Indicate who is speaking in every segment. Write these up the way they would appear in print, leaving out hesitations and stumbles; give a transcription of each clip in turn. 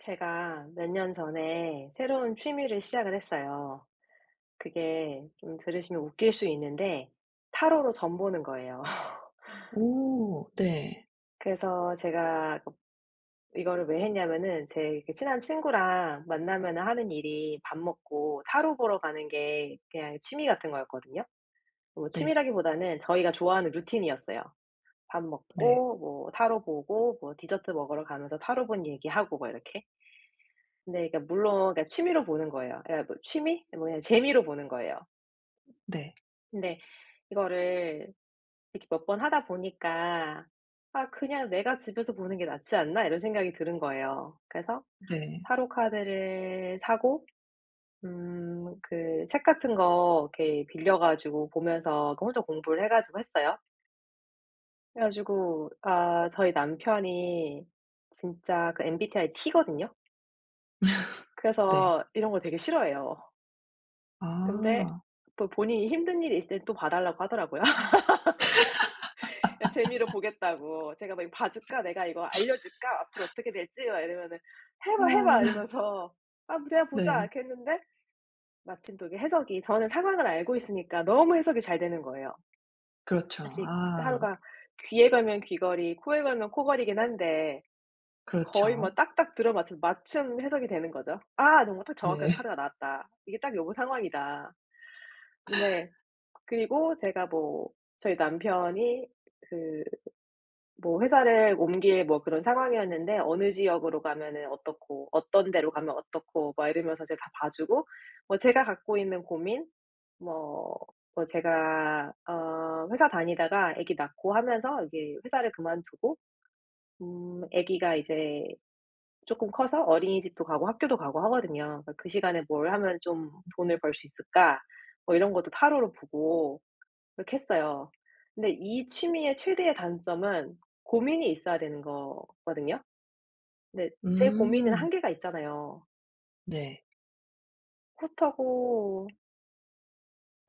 Speaker 1: 제가 몇 년 전에 새로운 취미를 시작을 했어요. 그게 좀 들으시면 웃길 수 있는데 타로로 점 보는 거예요.
Speaker 2: 오, 네.
Speaker 1: 그래서 제가 이거를 왜 했냐면은 제 이렇게 친한 친구랑 만나면 하는 일이 밥 먹고 타로 보러 가는 게 그냥 취미 같은 거였거든요. 뭐
Speaker 2: 네.
Speaker 1: 취미라기보다는 저희가 좋아하는 루틴이었어요. 밥
Speaker 2: 네.
Speaker 1: 먹고 뭐 타로 보고 뭐 디저트 먹으러 가면서 타로 본 얘기하고 뭐 이렇게. 네. 그러니까 물론 그러니까 취미로 보는 거예요. 그러니까 뭐 취미? 뭐 그냥 재미로 보는 거예요.
Speaker 2: 네.
Speaker 1: 근데 이거를 이렇게 몇 번 하다 보니까 '아 그냥 내가 집에서 보는 게 낫지 않나?' 이런 생각이 드는 거예요. 그래서
Speaker 2: 네.
Speaker 1: 타로 카드를 사고 음 그 책 같은 거 이렇게 빌려 가지고 보면서 그 혼자 공부를 해 가지고 했어요. 그래 가지고 아 저희 남편이 진짜 그 MBTI T거든요.
Speaker 2: 네.
Speaker 1: 그래서 이런 걸 되게 싫어해요. 근데
Speaker 2: 아.
Speaker 1: 또 본인이 힘든 일이 있을 땐 또 봐 달라고 하더라고요. 그냥 재미로 보겠다고. 제가 막 "이거 봐 줄까? 내가 이거 알려 줄까? 앞으로 어떻게 될지?" 막 이러면은 "해 봐, 해 봐."
Speaker 2: 아,
Speaker 1: 이러면서 "아 뭐 내가 보자."
Speaker 2: 네.
Speaker 1: 이렇게 했는데 마침 또 이게 해석이 저는 상황을 알고 있으니까 너무 해석이 잘 되는 거예요.
Speaker 2: 그렇죠.
Speaker 1: 사실
Speaker 2: 아,
Speaker 1: 하루가 귀에 걸면 귀걸이, 코에 걸면 코걸이긴 한데 거의 뭐
Speaker 2: 그렇죠.
Speaker 1: 딱딱 들어맞춘 맞춤 해석이 되는 거죠. '아 너무 딱 정확한
Speaker 2: 네.
Speaker 1: 카드가 나왔다. 이게 딱 요번 상황이다.' 근데 그리고 제가 뭐 저희 남편이 그 뭐 회사를 옮길 뭐 그런 상황이었는데 "어느 지역으로 가면은 어떻고 어떤 데로 가면 어떻고." 막 이러면서 제가 다 봐 주고 뭐 제가 갖고 있는 고민 뭐 뭐 제가 어 회사 다니다가 아기 낳고 하면서 이게 회사를 그만두고 아기가 이제 쪼끔 커서 어린이집도 가고 학교도 가고 하거든요. 그러니까 '그 시간에 뭘 하면 좀 돈을 벌 수 있을까?' 뭐 이런 것도 타로로 보고 그렇게 했어요. 근데 이 취미의 최대의 단점은 고민이 있어야 되는 거거든요. 근데 제 고민은
Speaker 2: 음.
Speaker 1: 한계가 있잖아요.
Speaker 2: 네.
Speaker 1: 그렇다고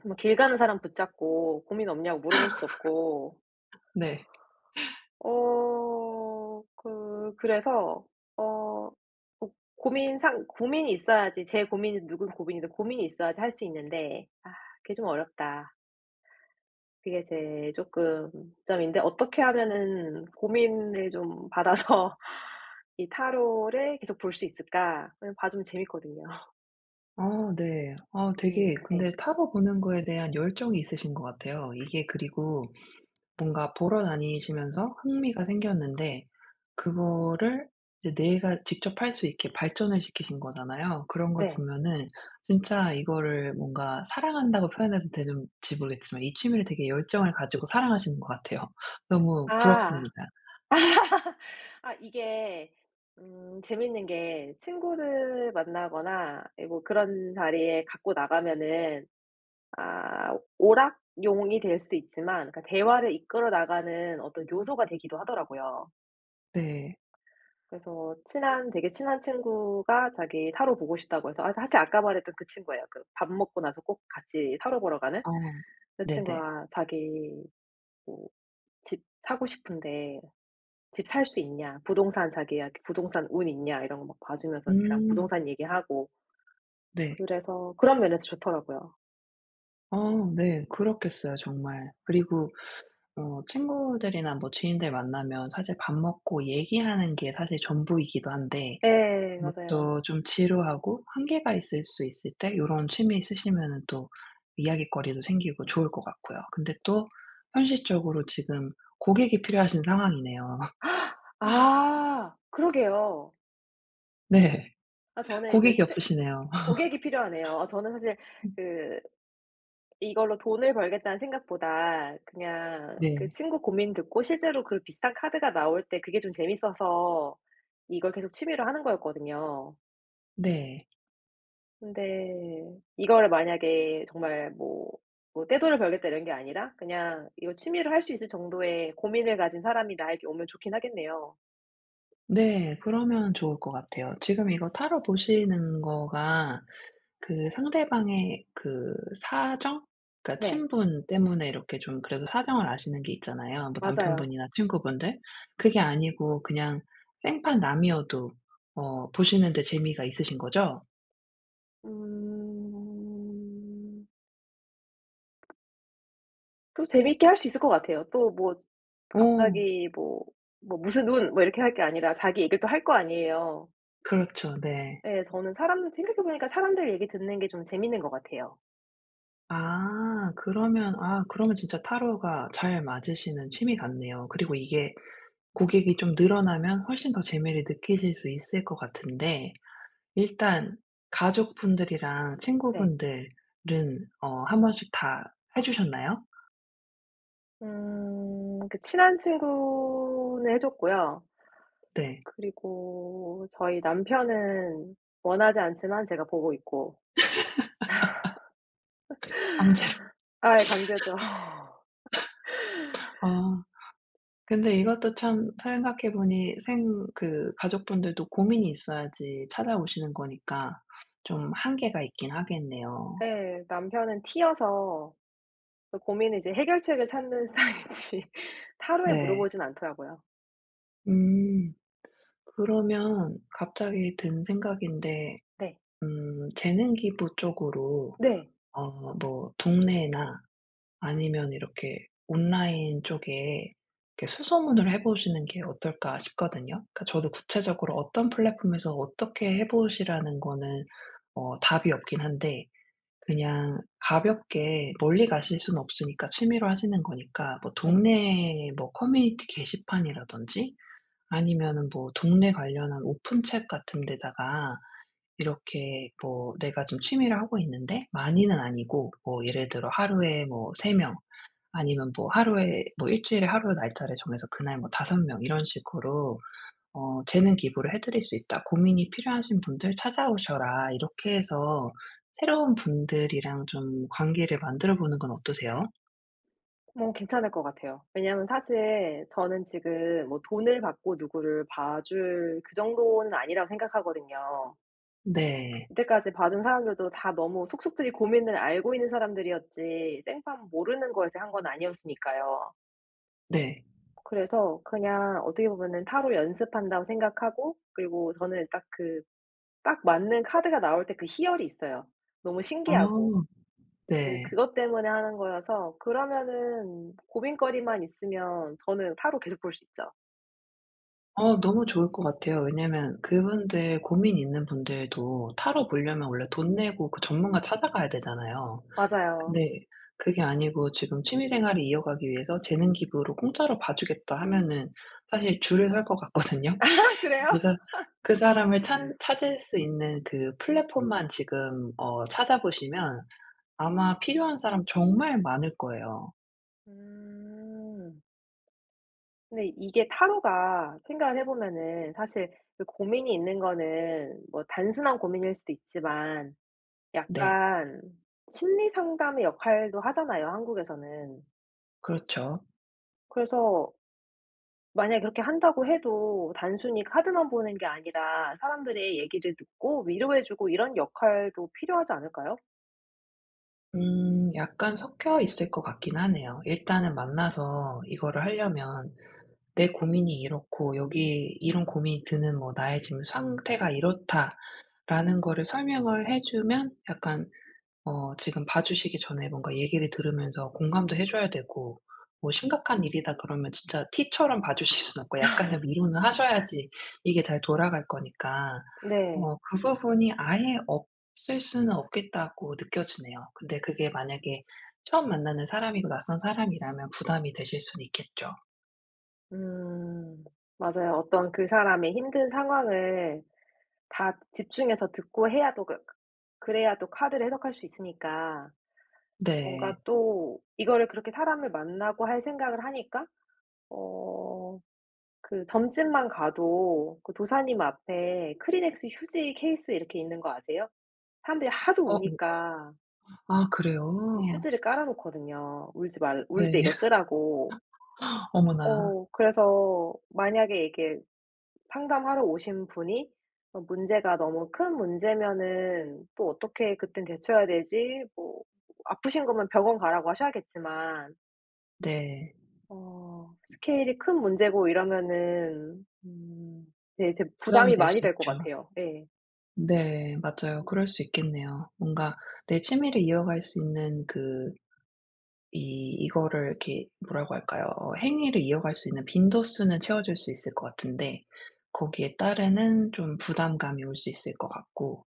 Speaker 1: 뭐 길 가는 사람 붙잡고 고민 없냐고 물어볼 수도 없고.
Speaker 2: 네.
Speaker 1: 어 그래서 어 고 고민 상 고민이 있어야지 제 고민이 누군 고민이든 고민이 있어야지 할 수 있는데 아 그게 좀 어렵다. 그게 제 조금 점인데 어떻게 하면은 고민을 좀 받아서 이 타로를 계속 볼 수 있을까? 그냥 봐 주면 재밌거든요.
Speaker 2: 아, 네. 아,
Speaker 1: 고민이
Speaker 2: 되게
Speaker 1: 요 예.
Speaker 2: 근데 타로 보는 거에 대한 열정이 있으신 것 같아요. 이게, 그리고 뭔가 보러 다니시면서 흥미가 생겼는데 그거를 이제 내가 직접 할 수 있게 발전을 시키신 거잖아요. 그런 걸
Speaker 1: 네.
Speaker 2: 보면은 진짜 이거를 뭔가 사랑한다고 표현해도 되는지 모르겠지만 이 취미를 되게 열정을 가지고 사랑하시는 것 같아요. 너무
Speaker 1: 아.
Speaker 2: 부럽습니다.
Speaker 1: 아 이게 재밌는 게 친구를 만나거나 예 뭐 그런 자리에 갖고 나가면은 아 오락용이 될 수도 있지만 그러니까 대화를 이끌어 나가는 어떤 요소가 되기도 하더라고요.
Speaker 2: 네.
Speaker 1: 그래서 친한 친구가 자기 타로 보고 싶다고 해서 아 사실 아까 말했던 그 친구예요. 그 밥 먹고 나서 꼭 같이 타로 보러 가는
Speaker 2: 어.
Speaker 1: 그
Speaker 2: 네네.
Speaker 1: 친구가 자기 뭐 "집 사고 싶은데 집 살 수 있냐? 부동산 자기야 부동산 운 있냐?" 이런 거 막 봐 주면서 걔랑
Speaker 2: 음.
Speaker 1: 부동산 얘기하고
Speaker 2: 네.
Speaker 1: 그래서 그런 면에서 좋더라고요.
Speaker 2: 어, 네. 그렇겠어요, 정말. 그리고 어 친구들이나 뭐 지인들 만나면 사실 밥 먹고 얘기하는 게 사실 전부이기도 한데,
Speaker 1: 예 맞아요.
Speaker 2: 그것도 좀 지루하고 한계가 있을 수 있을 때 요런 취미 있으시면은 또 이야깃거리도 생기고 좋을 것 같고요. 근데 또 현실적으로 지금 고객이 필요하신 상황이네요.
Speaker 1: 아 그러게요.
Speaker 2: 네.
Speaker 1: 아 저는 이제
Speaker 2: 고객이
Speaker 1: 츠
Speaker 2: 없으시네요.
Speaker 1: 고객이 필요하네요. 아 저는 사실 그 이걸로 돈을 벌겠다는 생각보다 그냥
Speaker 2: 네.
Speaker 1: 그 친구 고민 듣고 실제로 그 비슷한 카드가 나올 때 그게 좀 재밌어서 이걸 계속 취미로 하는 거였거든요.
Speaker 2: 네.
Speaker 1: 근데 이거를 만약에 정말 뭐 뭐 떼돈을 벌겠다 이런 게 아니라 그냥 이거 취미로 할 수 있을 정도의 고민을 가진 사람이 나에게 오면 좋긴 하겠네요.
Speaker 2: 네, 그러면 좋을 것 같아요. 지금 이거 타로 보시는 거가 그 상대방의 그 사정? 그러니까
Speaker 1: 네.
Speaker 2: 친분 때문에 이렇게 좀 그래도 사정을 아시는 게 있잖아요. 뭐
Speaker 1: 맞아요.
Speaker 2: 남편분이나 친구분들. 그게 아니고 그냥 생판 남이어도 어 보시는데 재미가 있으신 거죠?
Speaker 1: 음. 또 재미있게 할 수 있을 것 같아요. 또 뭐
Speaker 2: 오.
Speaker 1: 갑자기 뭐 뭐 "무슨 운." 뭐 이렇게 할 게 아니라 자기 얘기를 또 할 거 아니에요.
Speaker 2: 그렇죠. 네.
Speaker 1: 예. 저는 사람들 생각해 보니까 사람들 얘기 듣는 게 좀 재밌는 것 같아요.
Speaker 2: 아, 그러면, 아, 그러면 진짜 타로가 잘 맞으시는 취미 같네요. 그리고 이게 고객이 좀 늘어나면 훨씬 더 재미를 느끼실 수 있을 것 같은데, 일단 가족분들이랑
Speaker 1: 네.
Speaker 2: 친구분들은 어 한 번씩 다 해 주셨나요?
Speaker 1: 음 그 친한 친구는 해 줬고요.
Speaker 2: 네.
Speaker 1: 그리고 저희 남편은 원하지 않지만 제가 보고 있고
Speaker 2: 강제로.
Speaker 1: 아예 강제죠.
Speaker 2: 아. 근데 이것도 참 생각해 보니 생 그 가족분들도 고민이 있어야지 찾아오시는 거니까 좀 한계가 있긴 하겠네요.
Speaker 1: 예. 남편은 T여서 그 고민을 이제 해결책을 찾는 스타일이지 타로에
Speaker 2: 네.
Speaker 1: 물어보진 않더라고요.
Speaker 2: 음. 그러면 갑자기 든 생각인데
Speaker 1: 네.
Speaker 2: 재능기부 쪽으로
Speaker 1: 네.
Speaker 2: 어 뭐 동네나 아니면 이렇게 온라인 쪽에 이렇게 수소문을 해 보시는 게 어떨까 싶거든요. 그러니까 저도 구체적으로 어떤 플랫폼에서 어떻게 해 보시라는 거는 어 답이 없긴 한데, 그냥 가볍게, 멀리 가실 수는 없으니까 취미로 하시는 거니까, 뭐
Speaker 1: 네.
Speaker 2: 동네 뭐 커뮤니티 게시판이라든지 아니면은 뭐 동네 관련한 오픈 챗 같은 데다가 이렇게 뭐 "내가 좀 취미를 하고 있는데 많이는 아니고" 뭐 예를 들어 "하루에 뭐 3 명, 아니면 뭐 하루에 뭐 일주일에 하루 날짜를 정해서 그날 뭐 5 명 이런 식으로 어 재능 기부를 해 드릴 수 있다. 고민이 필요하신 분들 찾아오셔라." 이렇게 해서 새로운 분들이랑 좀 관계를 만들어 보는 건 어떠세요?
Speaker 1: 뭐 괜찮을 것 같아요. 왜냐하면 사실 저는 지금 뭐 돈을 받고 누구를 봐줄 그 정도는 아니라고 생각하거든요.
Speaker 2: 네.
Speaker 1: 이때까지 봐준 사람들도 다 너무 속속들이 고민을 알고 있는 사람들이었지 생판 모르는 거에서 한 건 아니었으니까요.
Speaker 2: 네.
Speaker 1: 그래서 그냥 어떻게 보면은 타로 연습한다고 생각하고 그리고 저는 딱 그 딱 맞는 카드가 나올 때 그 희열이 있어요. 너무 신기하고.
Speaker 2: 어, 네.
Speaker 1: 그것 때문에 하는 거여서 그러면은 고민거리만 있으면 저는 타로 계속 볼 수 있죠.
Speaker 2: 어, 너무 좋을 것 같아요. 왜냐면 그분들, 고민 있는 분들도 타로 보려면 원래 돈 내고 그 전문가 찾아가야 되잖아요.
Speaker 1: 맞아요.
Speaker 2: 네. 그게 아니고 지금 취미 생활을 이어가기 위해서 재능 기부로 공짜로 봐 주겠다 하면은 사실 줄을 설 것 같거든요.
Speaker 1: 아 그래요?
Speaker 2: 그래서 그 사람을 찬 찾을 수 있는 그 플랫폼만 지금 어 찾아보시면 아마 필요한 사람 정말 많을 거예요.
Speaker 1: 음. 근데 이게 타로가 생각을 해 보면은 사실 그 고민이 있는 거는 뭐 단순한 고민일 수도 있지만
Speaker 2: 네.
Speaker 1: 약간 심리 상담의 역할도 하잖아요, 한국에서는.
Speaker 2: 그렇죠.
Speaker 1: 그래서 만약에 그렇게 한다고 해도 단순히 카드만 보는 게 아니라 사람들의 얘기를 듣고 위로해 주고 이런 역할도 필요하지 않을까요?
Speaker 2: 음, 약간 섞여 있을 것 같긴 하네요. 일단은 만나서 이거를 하려면 "내 고민이 이렇고 여기 이런 고민이 드는 뭐 나의 지금 상태가 이렇다." 라는 거를 설명을 해 주면 약간 어 지금 봐 주시기 전에 뭔가 얘기를 들으면서 공감도 해 줘야 되고, 뭐 심각한 일이다 그러면 진짜 티처럼 봐 주실 수는 없고 약간의 위로는 하셔야지 이게 잘 돌아갈 거니까.
Speaker 1: 네.
Speaker 2: 어 그 부분이 아예 없을 수는 없겠다고 느껴지네요. 근데 그게 만약에 처음 만나는 사람이고 낯선 사람이라면 부담이 되실 수는 있겠죠.
Speaker 1: 음. 맞아요. 어떤 그 사람의 힘든 상황을 다 집중해서 듣고 해야 또 그래야 또 카드를 해석할 수 있으니까 뭔가
Speaker 2: 네.
Speaker 1: 또 이거를 그렇게 사람을 만나고 할 생각을 하니까 어 그 점집만 가도 그 도사님 앞에 크리넥스 휴지 케이스 이렇게 있는 거 아세요? 사람들이 하도
Speaker 2: 어.
Speaker 1: 우니까
Speaker 2: 아,
Speaker 1: 이
Speaker 2: 그래요?
Speaker 1: 휴지를 깔아 놓거든요. 울지 말 울 때
Speaker 2: 네.
Speaker 1: 이거 쓰라고.
Speaker 2: 어머나.
Speaker 1: 어 그래서 만약에 이게 상담하러 오신 분이 어 문제가 너무 큰 문제면은 또 어떻게 그땐 대처해야 되지 뭐 아프신 거면 병원 가라고 하셔야겠지만
Speaker 2: 네.
Speaker 1: 어 스케일이 큰 문제고 이러면은 네 되게
Speaker 2: 부담이
Speaker 1: 부담이
Speaker 2: 될
Speaker 1: 많이
Speaker 2: 수
Speaker 1: 될 것
Speaker 2: 있죠.
Speaker 1: 같아요. 예.
Speaker 2: 네. 맞아요. 그럴 수 있겠네요. 뭔가 내 취미를 이어갈 수 있는 그, 이 이거를 이렇게 뭐라고 할까요? 어 행위를 이어갈 수 있는 빈도수는 채워줄 수 있을 것 같은데 거기에 따르는 좀 부담감이 올 수 있을 것 같고.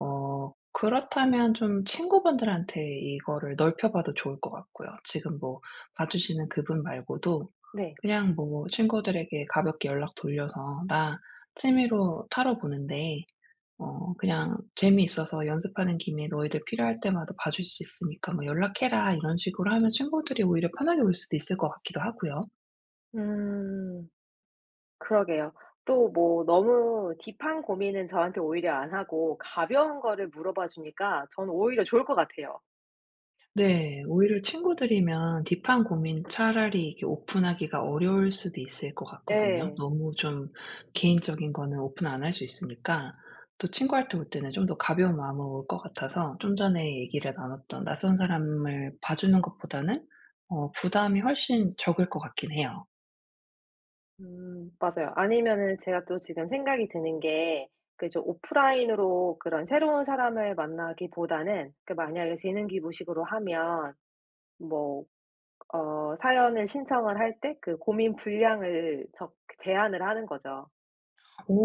Speaker 2: 어 그렇다면 좀 친구분들한테 이거를 넓혀 봐도 좋을 것 같고요. 지금 뭐 봐 주시는 그분 말고도
Speaker 1: 네.
Speaker 2: 그냥 뭐 친구들에게 가볍게 연락 돌려서 "나 취미로 타로 보는데 어 그냥 재미있어서 연습하는 김에 너희들 필요할 때마다 봐줄 수 있으니까 뭐 연락해라." 이런 식으로 하면 친구들이 오히려 편하게 올 수도 있을 것 같기도 하고요.
Speaker 1: 음 그러게요. 또 뭐 너무 딥한 고민은 저한테 오히려 안 하고 가벼운 거를 물어봐 주니까 저는 오히려 좋을 것 같아요.
Speaker 2: 네. 오히려 친구들이면 딥한 고민 차라리 이게 오픈하기가 어려울 수도 있을 것 같거든요.
Speaker 1: 예.
Speaker 2: 너무 좀 개인적인 거는 오픈 안 할 수 있으니까. 또 친구할 때 올 때는 좀 더 가벼운 마음으로 올 것 같아서 좀 전에 얘기를 나눴던 낯선 사람을 봐주는 것보다는 어 부담이 훨씬 적을 것 같긴 해요.
Speaker 1: 맞아요. 아니면은 제가 또 지금 생각이 드는 게그 오프라인으로 그런 새로운 사람을 만나기보다는 그 만약에 재능기부식으로 하면 뭐 어 사연을 신청을 할 때 그 고민 분량을 적 제한을 하는 거죠.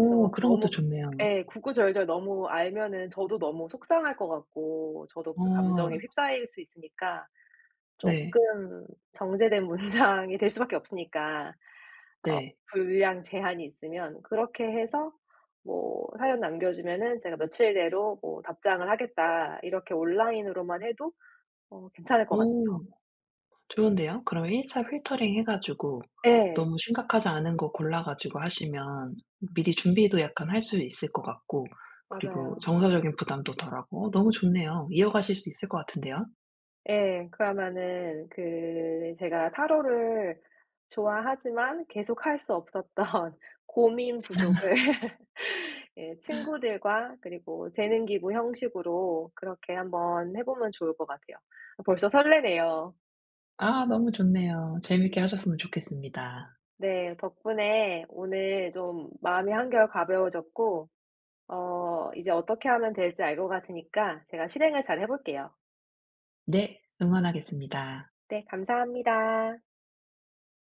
Speaker 1: 그래서 막
Speaker 2: 그런 것도
Speaker 1: 너무
Speaker 2: 좋네요.
Speaker 1: 예 구구절절 너무 알면은 저도 너무 속상할 것 같고 저도 그 감정에
Speaker 2: 어,
Speaker 1: 휩싸일 수 있으니까
Speaker 2: 네.
Speaker 1: 조금 정제된 문장이 될 수밖에 없으니까 어
Speaker 2: 네.
Speaker 1: 분량 제한이 있으면 그렇게 해서 뭐 사연 남겨 주면은 "제가 며칠 내로 뭐 답장을 하겠다." 이렇게 온라인으로만 해도 어 괜찮을 것 같아요
Speaker 2: 오, 좋은데요? 그럼 1차 필터링 해 가지고
Speaker 1: 예.
Speaker 2: 너무 심각하지 않은 거 골라 가지고 하시면 미리 준비도 약간 할 수 있을 것 같고, 그리고
Speaker 1: 맞아요.
Speaker 2: 정서적인 부담도 덜하고 너무 좋네요. 이어가실 수 있을 것 같은데요.
Speaker 1: 예. 그러면은 그 제가 타로를 좋아하지만 계속 할 수 없었던 고민 부족을 예 친구들과 그리고 재능 기부 형식으로 그렇게 한번 해 보면 좋을 것 같아요. 아, 벌써 설레네요.
Speaker 2: 아, 너무 좋네요. 재밌게 하셨으면 좋겠습니다.
Speaker 1: 네. 덕분에 오늘 좀 마음이 한결 가벼워졌고 어 이제 어떻게 하면 될지 알 것 같으니까 제가 실행을 잘 해 볼게요.
Speaker 2: 네. 응원하겠습니다.
Speaker 1: 네. 감사합니다.